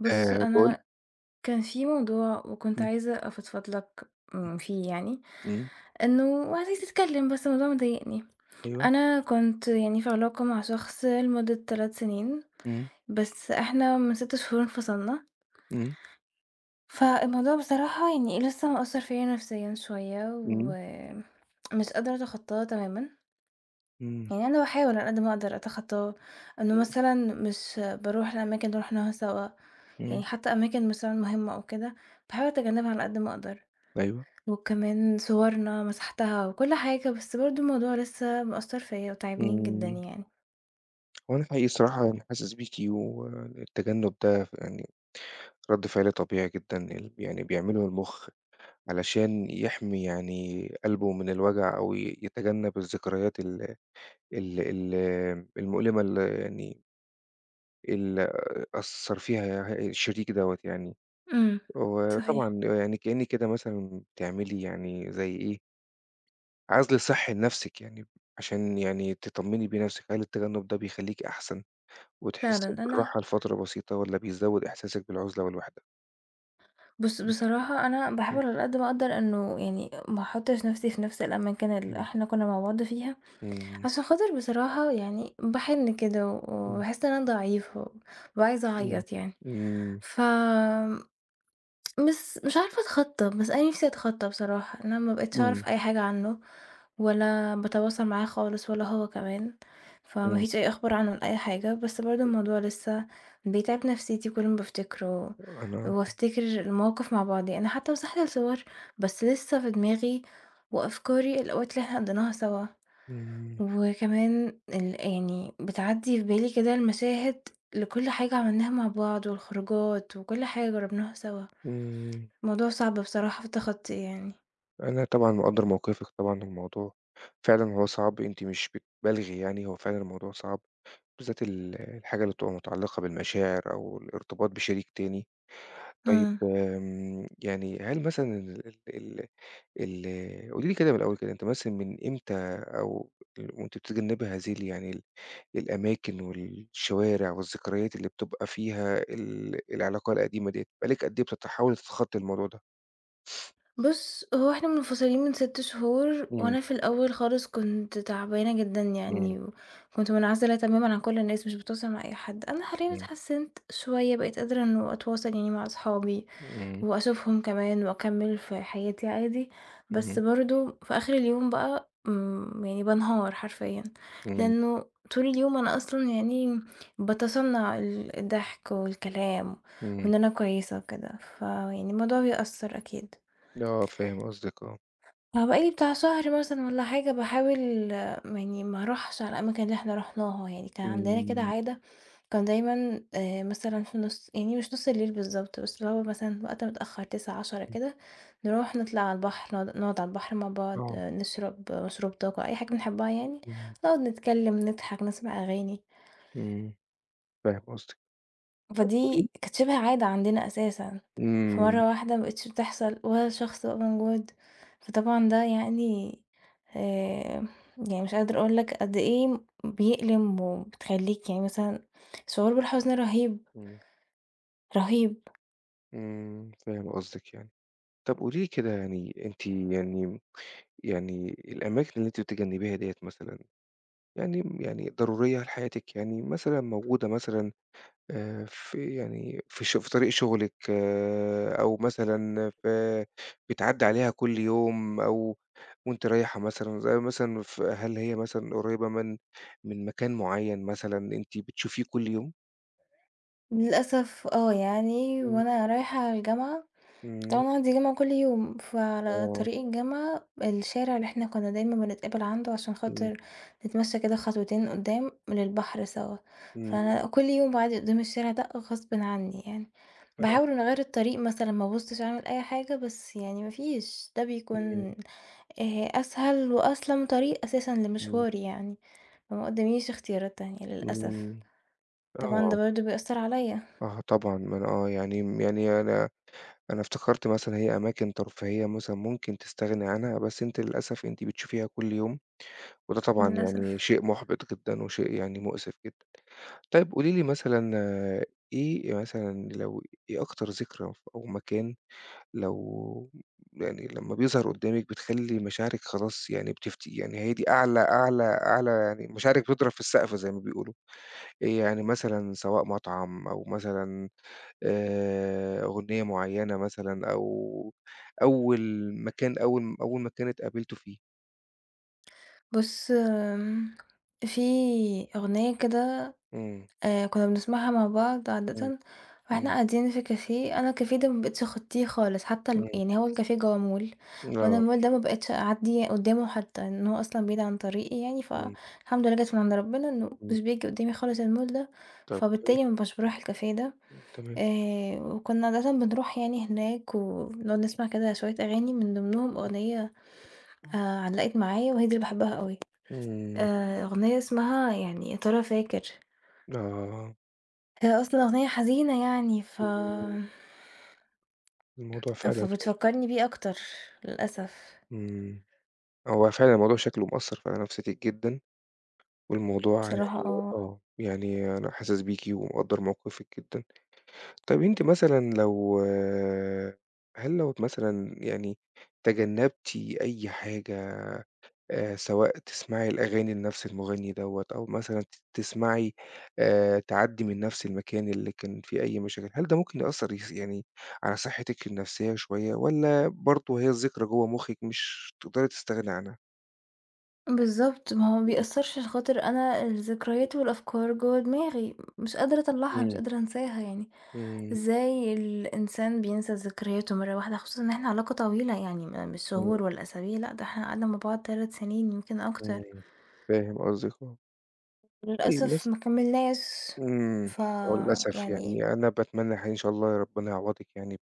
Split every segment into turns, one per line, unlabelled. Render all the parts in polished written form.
بُص،
باقول.
أنا كان في موضوع وكنت
إمم،
عايزة أفضفض لك فيه يعني،
إمم،
إنه عايزة أتكلم بس الموضوع مضايقني.
أيوه،
أنا كنت يعني في علاقة مع شخص لمدة 3 سنين،
إمم،
بس إحنا من 6 شهور انفصلنا،
إمم،
فالموضوع بصراحة يعني لسه مأثّر فيّا نفسيًا شوية
إمم،
ومش قادرة أتخطاه تمامًا.
إمم،
يعني أنا باحاول على قد ما أقدر أتخطاه، إنه
إمم،
مثلًا مش باروح الأماكن اللي رُحناها سوا،
إمم،
يعني حتى أماكن مثلًا مهمة أو كده، باحاول أتجنبها على قد ما أقدر،
أيوه،
وكمان صورنا مسحتها وكل حاجة، بس برضه الموضوع لسه مأثّر فيّا وتاعبني جدًا
إمم.
يعني.
هو أنا حقيقي الصراحة أنا حاسس بيكِ والتجنُّب ده يعني رَد فعل طبيعي جدًا، يعني بيعمله المُخ علشان يحمي يعني قلبه من الوجع أو يتجنَّب الذكريات ال ال ال المؤلمة يعني اللي أثّر فيها الشريك دوّة يعني.
إمم،
وطبعًا
صحيح
يعني كإنِّك كده مثلًا بتعملي يعني زي إيه عزل صحّي لنفسِك يعني، عشان يعني تطمني بيه نفسِك، هل التجنب ده بيخليكِ أحسن وتحسي
فعلًا. أنا
بالراحة لفترة بسيطة والّا بيزوّد إحساسِك بالعزلة والوحدة؟
بُص
إمم،
بصراحة أنا باحاول على قد ما أقدر إنه يعني ما أحطّش نَفْسي في نَفْس الأماكن
إمم،
اللي
إمم.
إحنا كُنّا مع بعض فيها،
إمم.
عشان خاطر بصراحة يعني باحِن كده
إمم،
وباحس إن أنا ضعيفة وبابقى عايزة
إمم.
أعيّط يعني.
إمم،
ف بس مش عارفة أتخطّى، بس أنا نِفْسي أتخطّى بصراحة، إن أنا ما بقيتش
إمم،
أعرف أي حاجة عنّه ولا باتواصل معاه خالص ولا هو كمان، فما
إمم.
فيش أي أخبار عنّه ولا أي حاجة، بس برضه الموضوع لسه بيتعب نَفْسيتي كل ما بافتكره
أنا
وأفتكر المواقف مع بعضيها، أنا حتّى مسحت الصور بس لسه في دماغي وأفكاري الأوقات اللي إحنا قضّيناها سوا
إمم،
وكمان يعني بتعدّي في بالي كده المشاهد لكل حاجة عملناها مع بعض والخروجات وكل حاجة جرّبناها سوا.
إمم.
موضوع صعب بصراحة في تخطّيه يعني.
أنا طبعًا مقدّر موقفِك طبعًا، الموضوع فعلًا هو صعب، أنتِ مش بتبالغي يعني، هو فعلًا الموضوع صعب، بالذات الحاجة اللي بتبقى متعلقة بالمشاعر أو الارتباط بشريك تاني. طيب
إمم.
يعني هل مثلًا ال ال ال ال قولي لي كده من الأول كده، أنتِ مثلًا من إمتى أو وأنتِ بتتجنبي هذه ال يعني ال الأماكن والشوارع والذكريات اللي بتبقى فيها العلاقة القديمة ديّة، بقى لِك قد إيه بتحاولي تتخطّي الموضوع ده؟
بُص، هو إحنا منفصلين من 6 شهور
إمم،
وأنا في الأول خالص كنت تعبانة جدًا
إمم،
يعني وكنت منعزلة تمامًا عن كل الناس، مش باتواصل مع أي حد. أنا حاليًا
إمم،
اتحسّنت شوية، بقيت قادرة إنه أتواصل يعني مع أصحابي،
إمم،
وأشوفهم كمان وأكمّل في حياتي عادي، بس
اهم،
برضه في آخر اليوم بقى يعني بانهار حرفيًا،
إمم،
لأنه طول اليوم أنا أصلًا يعني باتصنّع ال الضحك والكلام
إمم،
وإن أنا كويسة وكده، فيعني الموضوع بيأثّر أكيد.
آه، فاهم قصدِك آه،
هو بقى لي بتاع شهر مثلًا والّا حاجة باحاول يعني ما أروحش على الأماكن اللي إحنا رُحناها، يعني كان عندنا كده
إمم،
عادة كان دايمًا مثلًا في نُص يعني مش نُص الليل بالضبط، بس اللي هو مثلًا وقت متأخر 21:00، 22:00
إمم،
كده، نروح نطلع على البحر، نقعد نقعد على البحر مع بعض،
آه،
آه، نشرب آه، مشروب طاقة، أي حاجة بنحبها يعني،
إمم،
نقعد نتكلم، نضحك، نسمع أغاني.
إمم، فاهم قصدِك. طب قولي لي.
فدي كانت شِبه عادة عندنا أساسًا،
إمم،
فمرّة واحدة ما بقِتش بتحصل ولا شخص بقى موجود، فطبعًا ده يعني آآ، يعني مش قادرة أقول لك قد إيه بيألم وبتخلّيك يعني مثلًا شعور بالحزن رهيب،
إمم،
رهيب.
إمم. فاهم قصدِك يعني. طب قولي لي كده يعني أنتِ يعني الأماكن اللي أنتِ بتتجنبيها ديّة مثلًا، يعني ضرورية لحياتِك، يعني مثلًا موجودة مثلًا في يعني في طريق شغلِك آه، أو مثلًا في بتعدّي عليها كل يوم أو وأنتِ رايحة مثلًا، زي مثلًا هل هي مثلًا قريبة من مكان معيّن مثلًا أنتِ بتشوفيه كل يوم؟
للأسف آه، يعني
إمم،
وأنا رايحة الجامعة
إمم،
طبعًا عندي جامعة كل يوم، فعلى
آه،
طريق الجامعة الشارع اللي إحنا كنا دايمًا بنتقابل عنده عشان
إمم،
خاطر نتمشى كده خطوتين قدّام للبحر سوا،
إمم،
فأنا كل يوم باعدي قدّام الشارع ده غصبٍ عني يعني،
آه،
باحاول إني أغيّر الطريق مثلًا ما ابصش أعمل أي حاجة، بس يعني ما فيش، ده
إمم،
بيكون أسهل وأسلم طريق أساسًا
إمم،
لمشواري يعني، فما قدّاميش اختيارات تانية للأسف،
إمم،
طبعًا
آه.
ده برضه بيأثّر عليَّ
آه طبعًا، ما أنا آه، يعني يعني أنا افتكرت مثلًا هي أماكن ترفيهية مثلًا ممكن تستغني عنها، بس أنتِ للأسف أنتِ بتشوفيها كل يوم، وده طبعًا يعني
للأسف.
شيء مُحبِط جدًا وشيء يعني مؤسف جدًا. طيب قولي لي مثلًا آه، إيه مثلًا لو إيه أكتر ذكرى أو مكان لو يعني لمّا بيظهر قدّامِك بتخلّي مشاعرك خلاص يعني يعني هي دي أعلى أعلى أعلى يعني مشاعرِك بتضرب في السقف زي ما بيقولوا، يعني مثلًا سواء مطعم أو مثلًا أغنية معيّنة مثلًا أو أول أول مكان اتقابلتوا فيه.
بُص، في أغنية كده
إمم،
كنا بنسمعها مع بعض
إمم،
عادةً وإحنا
إمم،
قاعدين في كافيه، أنا الكافيه ده ما بقيتش أخطيه خالص، حتى يعني هو الكافيه جوّه مول،
إمم،
وأنا
آه،
المول ده ما بقيتش أعدّي قدّامه حتى، إن هو أصلًا بعيد عن طريقي يعني،
إمم،
فالحمد لله جات من عند ربنا إنه
إمم،
مش بييجي قدّامي خالص المول ده،
طب كويس،
فبالتالي ما بقاش باروح الكافيه ده،
إمم، تمام،
وكنا عادةً بنروح يعني هناك، وبنقعد نسمع كده شوية أغاني من ضمنهم أغنية علّقت معايا وهي دي اللي باحبها أوي.
إمم،
أغنية اسمها يعني يا ترى فاكر،
آه،
هي أصلًا أغنية حزينة يعني
إمم، الموضوع
آه،
فعلًا
فبتفكّرني بيه أكتر للأسف،
إمم. هو فعلًا الموضوع شكله مأثّر على نفسيتِك جدًا، والموضوع
بصراحة
يعني
آه،
آه، يعني أنا حاسس بيكِ ومقدّر موقفِك جدًا. طب أنتِ مثلًا لو آه، هل لو مثلًا يعني تجنّبتِ أي حاجة سواء تسمعي الأغاني لنفس المغني دوّة أو مثلًا تسمعي تعدّي من نفس المكان اللي كان فيه أي مشاكل، هل ده ممكن يأثّر يعني على صحتِك النفسية شوية والّا برضه هي الذكرى جوّه مخِّك مش تقدري تستغني عنها؟
بالضبط، ما هو ما بيأثّرش عشان خاطر أنا الذكريات والأفكار جوّه دماغي، مش قادرة أطلّعها، مش
إمم،
قادرة أنساها يعني،
إمم،
إزاي الإنسان بينسى ذكرياته مرّة واحدة، خصوصًا إن إحنا علاقة طويلة يعني مش
إمم،
شهور ولا أسابيع، لأ ده إحنا قعدنا مع بعض 3 سنين يمكن أكتر،
إمم. فاهم قصدِك آه. طيب
للأسف ما كمّلناش،
إمم.
ف
آه للأسف
يعني
يعني أنا باتمنى حقيقي إن شاء الله ربنا يعوضِك يعني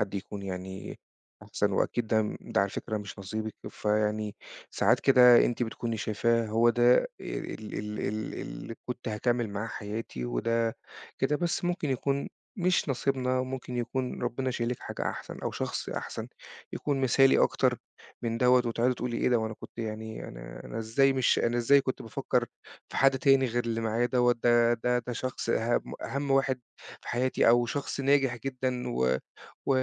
حد يكون يعني أحسن وأكيد ده على فكرة مش نصيبِك، فيعني ساعات كده أنتِ بتكوني شايفاه هو ده ال ال ال اللي كنت هاكمّل معاه حياتي وده كده، بس ممكن يكون مش نصيبنا، ممكن يكون ربنا شايل لِك حاجة أحسن أو شخص أحسن يكون مثالي أكتر من دوّة وتقعدي تقولي إيه ده وأنا كنت يعني أنا أنا إزاي مش أنا إزاي كنت بافكّر في حد تاني غير اللي معايا دوّة، ده شخص أهم واحد في حياتي أو شخص ناجح جدًا و و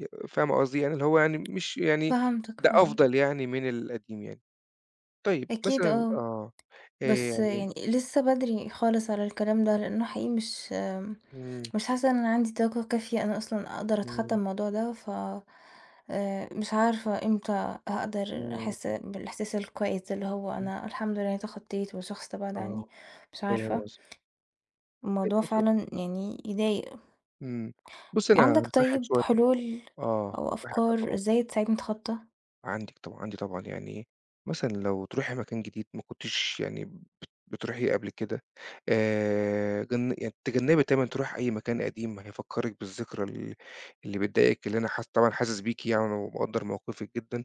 ي فاهمة قصدي؟ يعني اللي هو يعني مش يعني
فهمتك،
ده
فهمتك.
أفضل يعني من القديم يعني. طيب
أكيد
مثلًا
آه،
آه.
بس
يعني.
يعني لسه بدري خالص على الكلام ده، لأنه حقيقي مش
إمم،
مش حاسة إن أنا عندي طاقة كافية أنا أصلًا أقدر أتخطى
إمم،
الموضوع ده، مش عارفة إمتى هاقدر
إمم،
أحس بالإحساس الكويس ده، اللي هو
إمم.
أنا الحمد لله تخطيت والشخص ده بعد
آه،
عني، مش
فاهم
عارفة.
قصدك. طيب
الموضوع
بُصّي.
فعلًا يعني يضايق.
إمم. بُصّي أنا
عندك
هانصحِك
طيب
شوية. آه،
حلول
آه،
أو
هانصحِك آه
أفكار
طبعًا.
إزاي تساعدني أتخطى؟
عندِك طبعًا، عندي طبعًا، يعني مثلًا لو تروحي مكان جديد ما كنتيش يعني بتروحيه قبل كده، جن يعني تجنبي دايمًا تروحي أي مكان قديم هيفكّرِك بالذكرى اللي بتضايقِك، اللي أنا طبعًا حاسس بيكِ يعني ومقدّر موقفِك جدًا،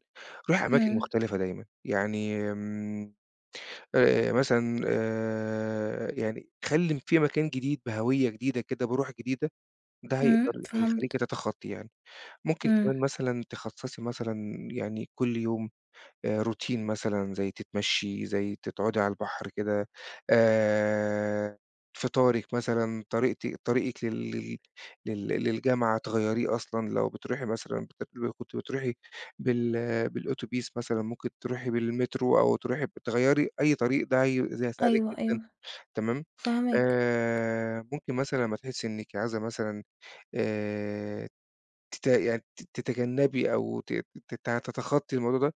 روحي أماكن
إمم،
مختلفة دايمًا، يعني مثلًا يعني خلّي في مكان جديد بهوية جديدة كده، بروح جديدة، ده
إمم،
هيخلّيكِ
فهمت،
تتخطّي يعني. ممكن
إمم،
كمان مثلًا تخصّصي مثلًا يعني كل يوم روتين مثلًا زي تتمشّي، زي تقعدي على البحر كده، آآ فطارِك مثلًا، طريقِك لل لل لل للجامعة تغيّريه أصلًا لو بتروحي مثلًا لو كنتِ بتروحي بال بالأوتوبيس مثلًا، ممكن تروحي بالمترو أو تروحي تغيّري أي طريق ده ده هيساعدِك
أيوه،
جدًا.
أيوه،
تمام.
فاهماك.
ممكن مثلًا لمّا تحسّي إنِّك عايزة مثلًا آآ تت يعني تتجنّبي أو ت ت تتخطّي الموضوع ده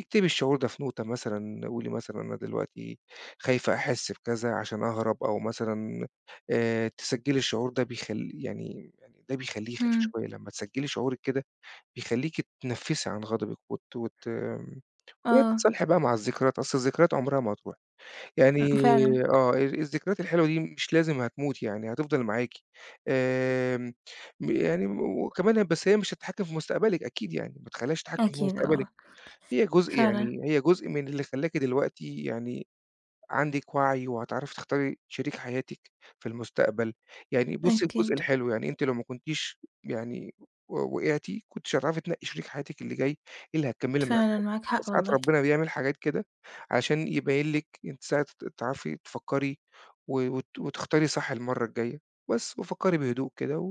اكتبي الشعور ده في نوتة مثلًا، قولي مثلًا أنا دلوقتي خايفة أحس بكذا عشان أهرب، أو مثلًا تسجّلي الشعور ده يعني ده بيخلّيه يخف
إمم،
شوية، لمّا تسجّلي شعورِك كده بيخلّيكِ تتنفّسي عن غضبِك وت وت
آه،
وتتصالحي بقى مع الذكريات، أصل الذكريات عمرها ما هتروح، يعني
إمم، فعلًا،
آه، الذكريات الحلوة دي مش لازم هتموت يعني، هتفضل معاكِ، آمم، يعني وكمان بس هي مش هتتحكم في مستقبلِك أكيد يعني، ما تخلّيهاش تتحكم في
أكيد
مستقبلِك.
آه، فعلًا،
هي جزء من اللي خلّاكِ دلوقتي يعني عندِك وعي وهتعرفي تختاري شريك حياتِك في المستقبل، يعني بُصّي الجزء
أكيد،
الحلو، يعني أنتِ لو ما كنتيش يعني وقعتِ كنتيش هتعرفي تنقّي شريك حياتِك اللي جاي، إيه اللي هتكمّلي معاه،
فعلًا معاك
بس
حق
ساعات
والله،
ربنا بيعمل حاجات كده علشان يبيّن لِك أنتِ ساعة تعرفي تفكّري و وت وتختاري صح المَرّة الجاية، بس وفكّري بهدوء كده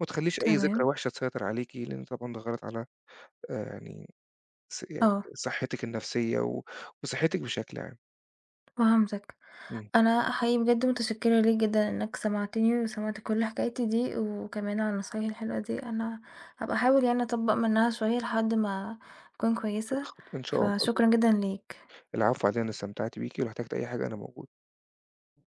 وما تخلّيش أي ذكرى
تمام،
وحشة تسيطر عليكِ، لإن طبعًا ده غلط على يعني يعني
آه،
صحتِك النفسية وصحتِك بشكل عام.
فهمتك،
إمم،
أنا حقيقي بجد متشكرة ليك جدًا إنك سمعتني وسمعت كل حكايتي دي، وكمان على النصايح الحلوة دي، أنا هابقى أحاول يعني أطبّق منها شوية لحد ما أكون كويسة،
إن شاء الله.
فشكرًا جدًا ليك.
العفو على إيه، أنا استمتعت بيكِ، ولو احتجتِ أي حاجة أنا موجود.